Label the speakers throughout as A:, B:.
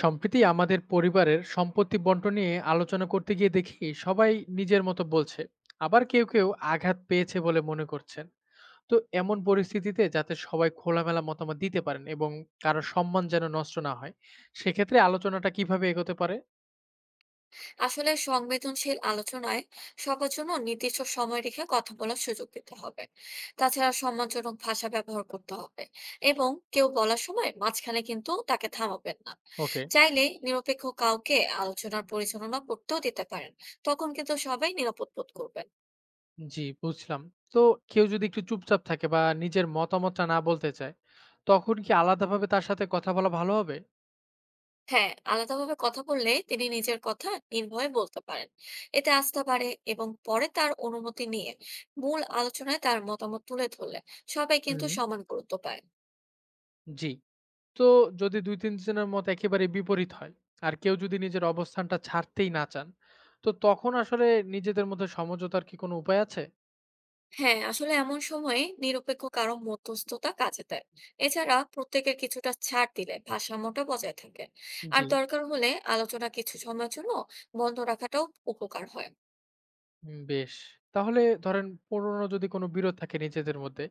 A: সম্প্রতি আমাদের পরিবারের সম্পত্তি বন্টন নিয়ে আলোচনা করতে গিয়ে দেখি সবাই নিজের মতো বলছে, আবার কেউ কেউ আঘাত পেয়েছে বলে মনে করছেন। তো এমন পরিস্থিতিতে যাতে সবাই খোলামেলা মতামত দিতে পারেন এবং কারো সম্মান যেন নষ্ট না হয়, সেক্ষেত্রে আলোচনাটা কিভাবে এগোতে পারে?
B: আসলে সংবেদনশীল আলোচনায় সবার জন্য নির্দিষ্ট সময় রেখে কথা বলার সুযোগ দিতে হবে। তাছাড়া সম্মানজনক ভাষা ব্যবহার করতে হবে এবং কেউ বলার সময় মাঝখানে কিন্তু তাকে থামাবেন না।
A: ওকে।
B: চাইলে নিরপেক্ষ কাউকে আলোচনার পরিচালনা করতেও দিতে পারেন। তখন কিন্তু সবাই নিরাপদ বোধ করবেন।
A: জি, বুঝলাম। তো কেউ যদি একটু চুপচাপ থাকে বা নিজের মতামতটা না বলতে চায়, তখন কি আলাদাভাবে তার সাথে কথা বলা ভালো হবে?
B: হ্যাঁ, আলাদাভাবে কথা বললে তিনি নিজের কথা নির্ভয়ে বলতে পারেন। এতে আস্থা বাড়ে এবং পরে তার অনুমতি নিয়ে মূল আলোচনায় তার মতামত তুলে ধরলে সবাই কিন্তু
A: হুম।
B: সমান গুরুত্ব পায়।
A: জি। তো যদি ২-৩ জনের মত একেবারে বিপরীত হয়, আর কেউ যদি নিজের অবস্থানটা ছাড়তেই না চান, তো তখন আসলে নিজেদের মধ্যে সমঝোতার কি কোনো উপায় আছে?
B: হ্যাঁ, আসলে এমন সময়ে নিরপেক্ষ কারো মধ্যস্থতা কাজে দেয়। এছাড়া প্রত্যেকের কিছুটা ছাড় দিলে ভারসাম্যটা বজায় থাকে। আর
A: জি।
B: দরকার হলে আলোচনা কিছু সময়ের জন্য বন্ধ রাখাটাও উপকার হয়।
A: বেশ। তাহলে ধরেন পুরনো যদি কোনো বিরোধ থাকে নিজেদের মধ্যে,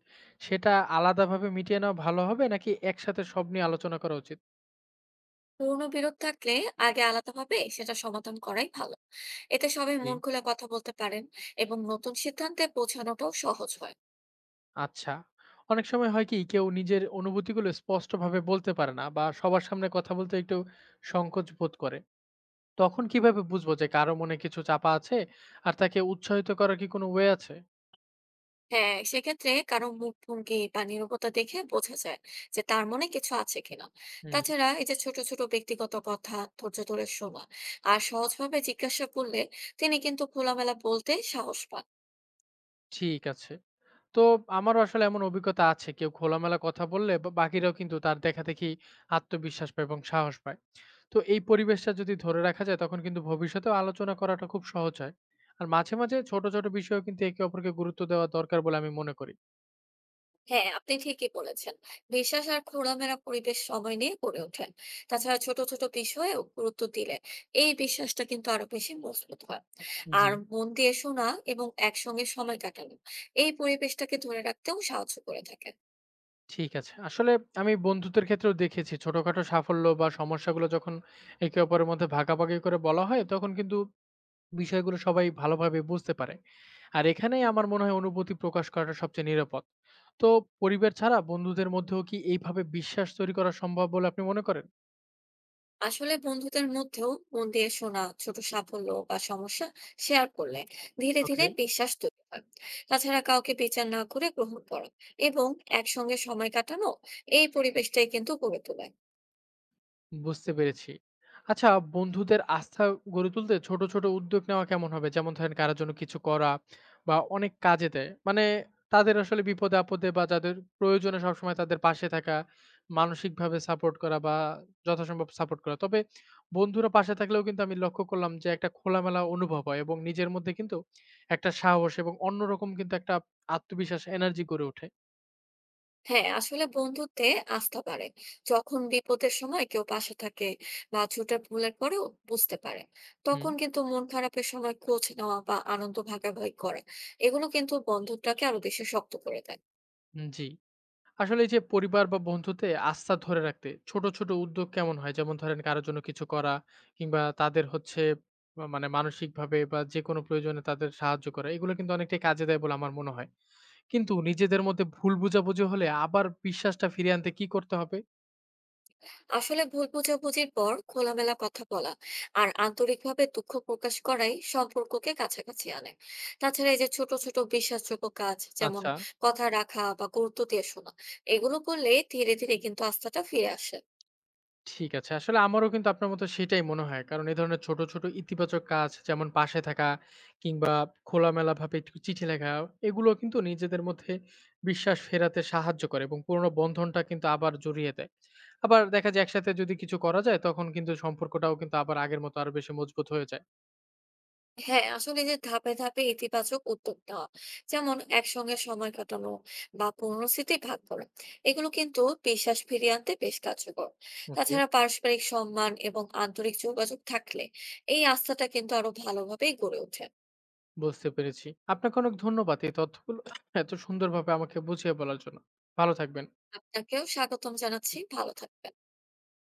A: সেটা আলাদাভাবে মিটিয়ে নেওয়া ভালো হবে নাকি একসাথে সব নিয়ে আলোচনা করা উচিত?
B: পুরনো বিরোধ থাকলে আগে আলাদাভাবে সেটা সমাধান করাই ভালো। এতে সবাই
A: জি।
B: মন খুলে কথা বলতে পারেন এবং নতুন সিদ্ধান্তে পৌঁছানোটাও সহজ হয়।
A: আচ্ছা। অনেক সময় হয় কি কেউ নিজের অনুভূতিগুলো স্পষ্টভাবে বলতে পারে না বা সবার সামনে কথা বলতে একটু সংকোচ বোধ করে। তখন কিভাবে বুঝবো যে কারো মনে কিছু চাপা আছে আর তাকে উৎসাহিত করার কি কোনো ওয়ে আছে?
B: হ্যাঁ, সেক্ষেত্রে কারো মুখভঙ্গি বা নীরবতা দেখে বোঝা যায় যে তার মনে কিছু আছে কিনা।
A: হুম।
B: তাছাড়া এই যে ছোট ছোট ব্যক্তিগত কথা ধৈর্য ধরে শোনা আর সহজভাবে জিজ্ঞাসা করলে তিনি কিন্তু খোলামেলা বলতে সাহস পান।
A: ঠিক আছে। তো আমারও আসলে এমন অভিজ্ঞতা আছে। কেউ খোলামেলা কথা বললে বা বাকিরাও কিন্তু তার দেখাদেখি আত্মবিশ্বাস পায় এবং সাহস পায়। তো এই পরিবেশটা যদি ধরে রাখা যায় তখন কিন্তু ভবিষ্যতেও আলোচনা করাটা খুব সহজ হয়। আর মাঝে মাঝে ছোট, ছোট বিষয়েও কিন্তু একে অপরকে গুরুত্ব দেওয়া দরকার বলে আমি মনে করি।
B: হ্যাঁ, আপনি ঠিকই বলেছেন। বিশ্বাস আর খোলামেলা পরিবেশ সময় নিয়ে গড়ে ওঠেন। তাছাড়া ছোট ছোট বিষয়েও গুরুত্ব দিলে এই বিশ্বাসটা কিন্তু আরো বেশি মজবুত হয়।
A: জি।
B: আর মন দিয়ে শোনা এবং একসঙ্গে সময় কাটানো এই পরিবেশটাকে ধরে রাখতেও সাহায্য করে থাকে।
A: ঠিক আছে। আসলে আমি বন্ধুত্বের ক্ষেত্রেও দেখেছি ছোটখাটো সাফল্য বা সমস্যাগুলো যখন একে অপরের মধ্যে ভাগাভাগি করে বলা হয় তখন কিন্তু বিষয়গুলো সবাই ভালোভাবে বুঝতে পারে। আর এখানেই আমার মনে হয় অনুভূতি প্রকাশ করাটা সবচেয়ে নিরাপদ। তো পরিবার ছাড়া বন্ধুদের মধ্যেও কি এইভাবে বিশ্বাস তৈরি করা সম্ভব বলে আপনি মনে করেন?
B: আসলে বন্ধুদের মধ্যেও মন দিয়ে শোনা, ছোট সাফল্য বা সমস্যা শেয়ার করলে ধীরে ধীরে
A: ওকে,
B: বিশ্বাস তৈরি হয়। তাছাড়া কাউকে বিচার না করে গ্রহণ করা এবং একসঙ্গে সময় কাটানো এই পরিবেশটাই কিন্তু গড়ে তোলে।
A: বুঝতে পেরেছি। আচ্ছা, বন্ধুদের আস্থা গড়ে তুলতে ছোট, ছোট উদ্যোগ নেওয়া কেমন হবে? যেমন ধরেন কারো জন্য কিছু করা বা অনেক কাজে দেয়। মানে তাদের আসলে বিপদে-আপদে বা যাদের প্রয়োজনে সবসময় তাদের পাশে থাকা, মানসিকভাবে সাপোর্ট করা বা যথাসম্ভব সাপোর্ট করা। তবে বন্ধুরা পাশে থাকলেও কিন্তু আমি লক্ষ্য করলাম যে একটা খোলামেলা অনুভব হয় এবং নিজের মধ্যে কিন্তু একটা সাহস এবং অন্যরকম কিন্তু একটা আত্মবিশ্বাস এনার্জি গড়ে ওঠে।
B: হ্যাঁ, আসলে বন্ধুত্বে আস্থা বাড়ে যখন বিপদের সময় কেউ পাশে থাকে বা ছোট ভুলের পরেও বুঝতে পারে।
A: হুম।
B: তখন কিন্তু মন খারাপের সময় খোঁজ নেওয়া বা আনন্দ ভাগাভাগি করা, এগুলো কিন্তু বন্ধুত্বটাকে আরো বেশি শক্ত করে দেয়।
A: জি। আসলে এই যে পরিবার বা বন্ধুতে আস্থা ধরে রাখতে ছোট ছোট উদ্যোগ কেমন হয়? যেমন ধরেন কারোর জন্য কিছু করা কিংবা তাদের হচ্ছে মানে মানসিকভাবে বা যেকোনো প্রয়োজনে তাদের সাহায্য করা। এগুলো কিন্তু অনেকটাই কাজে দেয় বলে আমার মনে হয়। কিন্তু নিজেদের মধ্যে ভুল বোঝাবুঝি হলে আবার বিশ্বাসটা ফিরিয়ে আনতে কি করতে হবে?
B: আসলে ভুল বোঝাবুঝির পর খোলামেলা কথা বলা আর আন্তরিকভাবে দুঃখ প্রকাশ করাই সম্পর্ককে কাছাকাছি আনে। তাছাড়া এই যে ছোট ছোট বিশ্বাসযোগ্য কাজ, যেমন
A: আচ্ছা।
B: কথা রাখা বা গুরুত্ব দিয়ে শোনা, এগুলো করলে ধীরে ধীরে কিন্তু আস্থাটা ফিরে আসে।
A: ঠিক আছে। আসলে আমারও কিন্তু আপনার মতো সেটাই মনে হয়। কারণ এ ধরনের ছোট, ছোট ইতিবাচক কাজ যেমন পাশে থাকা কিংবা খোলামেলাভাবে একটু চিঠি লেখা এগুলো কিন্তু নিজেদের মধ্যে বিশ্বাস ফেরাতে সাহায্য করে এবং পুরোনো বন্ধনটা কিন্তু আবার জড়িয়ে দেয়। আবার দেখা যায় একসাথে যদি কিছু করা যায় তখন কিন্তু সম্পর্কটাও কিন্তু আবার আগের মতো আরো বেশি মজবুত হয়ে যায়।
B: হ্যাঁ, আসলে যে ধাপে ধাপে ইতিবাচক উদ্যোগ নেওয়া। যেমন একসঙ্গে সময় কাটানো বা পুরনো স্মৃতি ভাগ করা। এগুলো কিন্তু বিশ্বাস ফিরিয়ে আনতে বেশ কার্যকর।
A: ওকে।
B: তাছাড়া পারস্পরিক সম্মান এবং আন্তরিক যোগাযোগ থাকলে এই আস্থাটা কিন্তু আরো ভালোভাবেই গড়ে ওঠে।
A: বুঝতে পেরেছি। আপনাকে অনেক ধন্যবাদ এই তথ্যগুলো এত সুন্দরভাবে আমাকে বুঝিয়ে বলার জন্য। ভালো থাকবেন।
B: আপনাকেও স্বাগতম জানাচ্ছি। ভালো থাকবেন।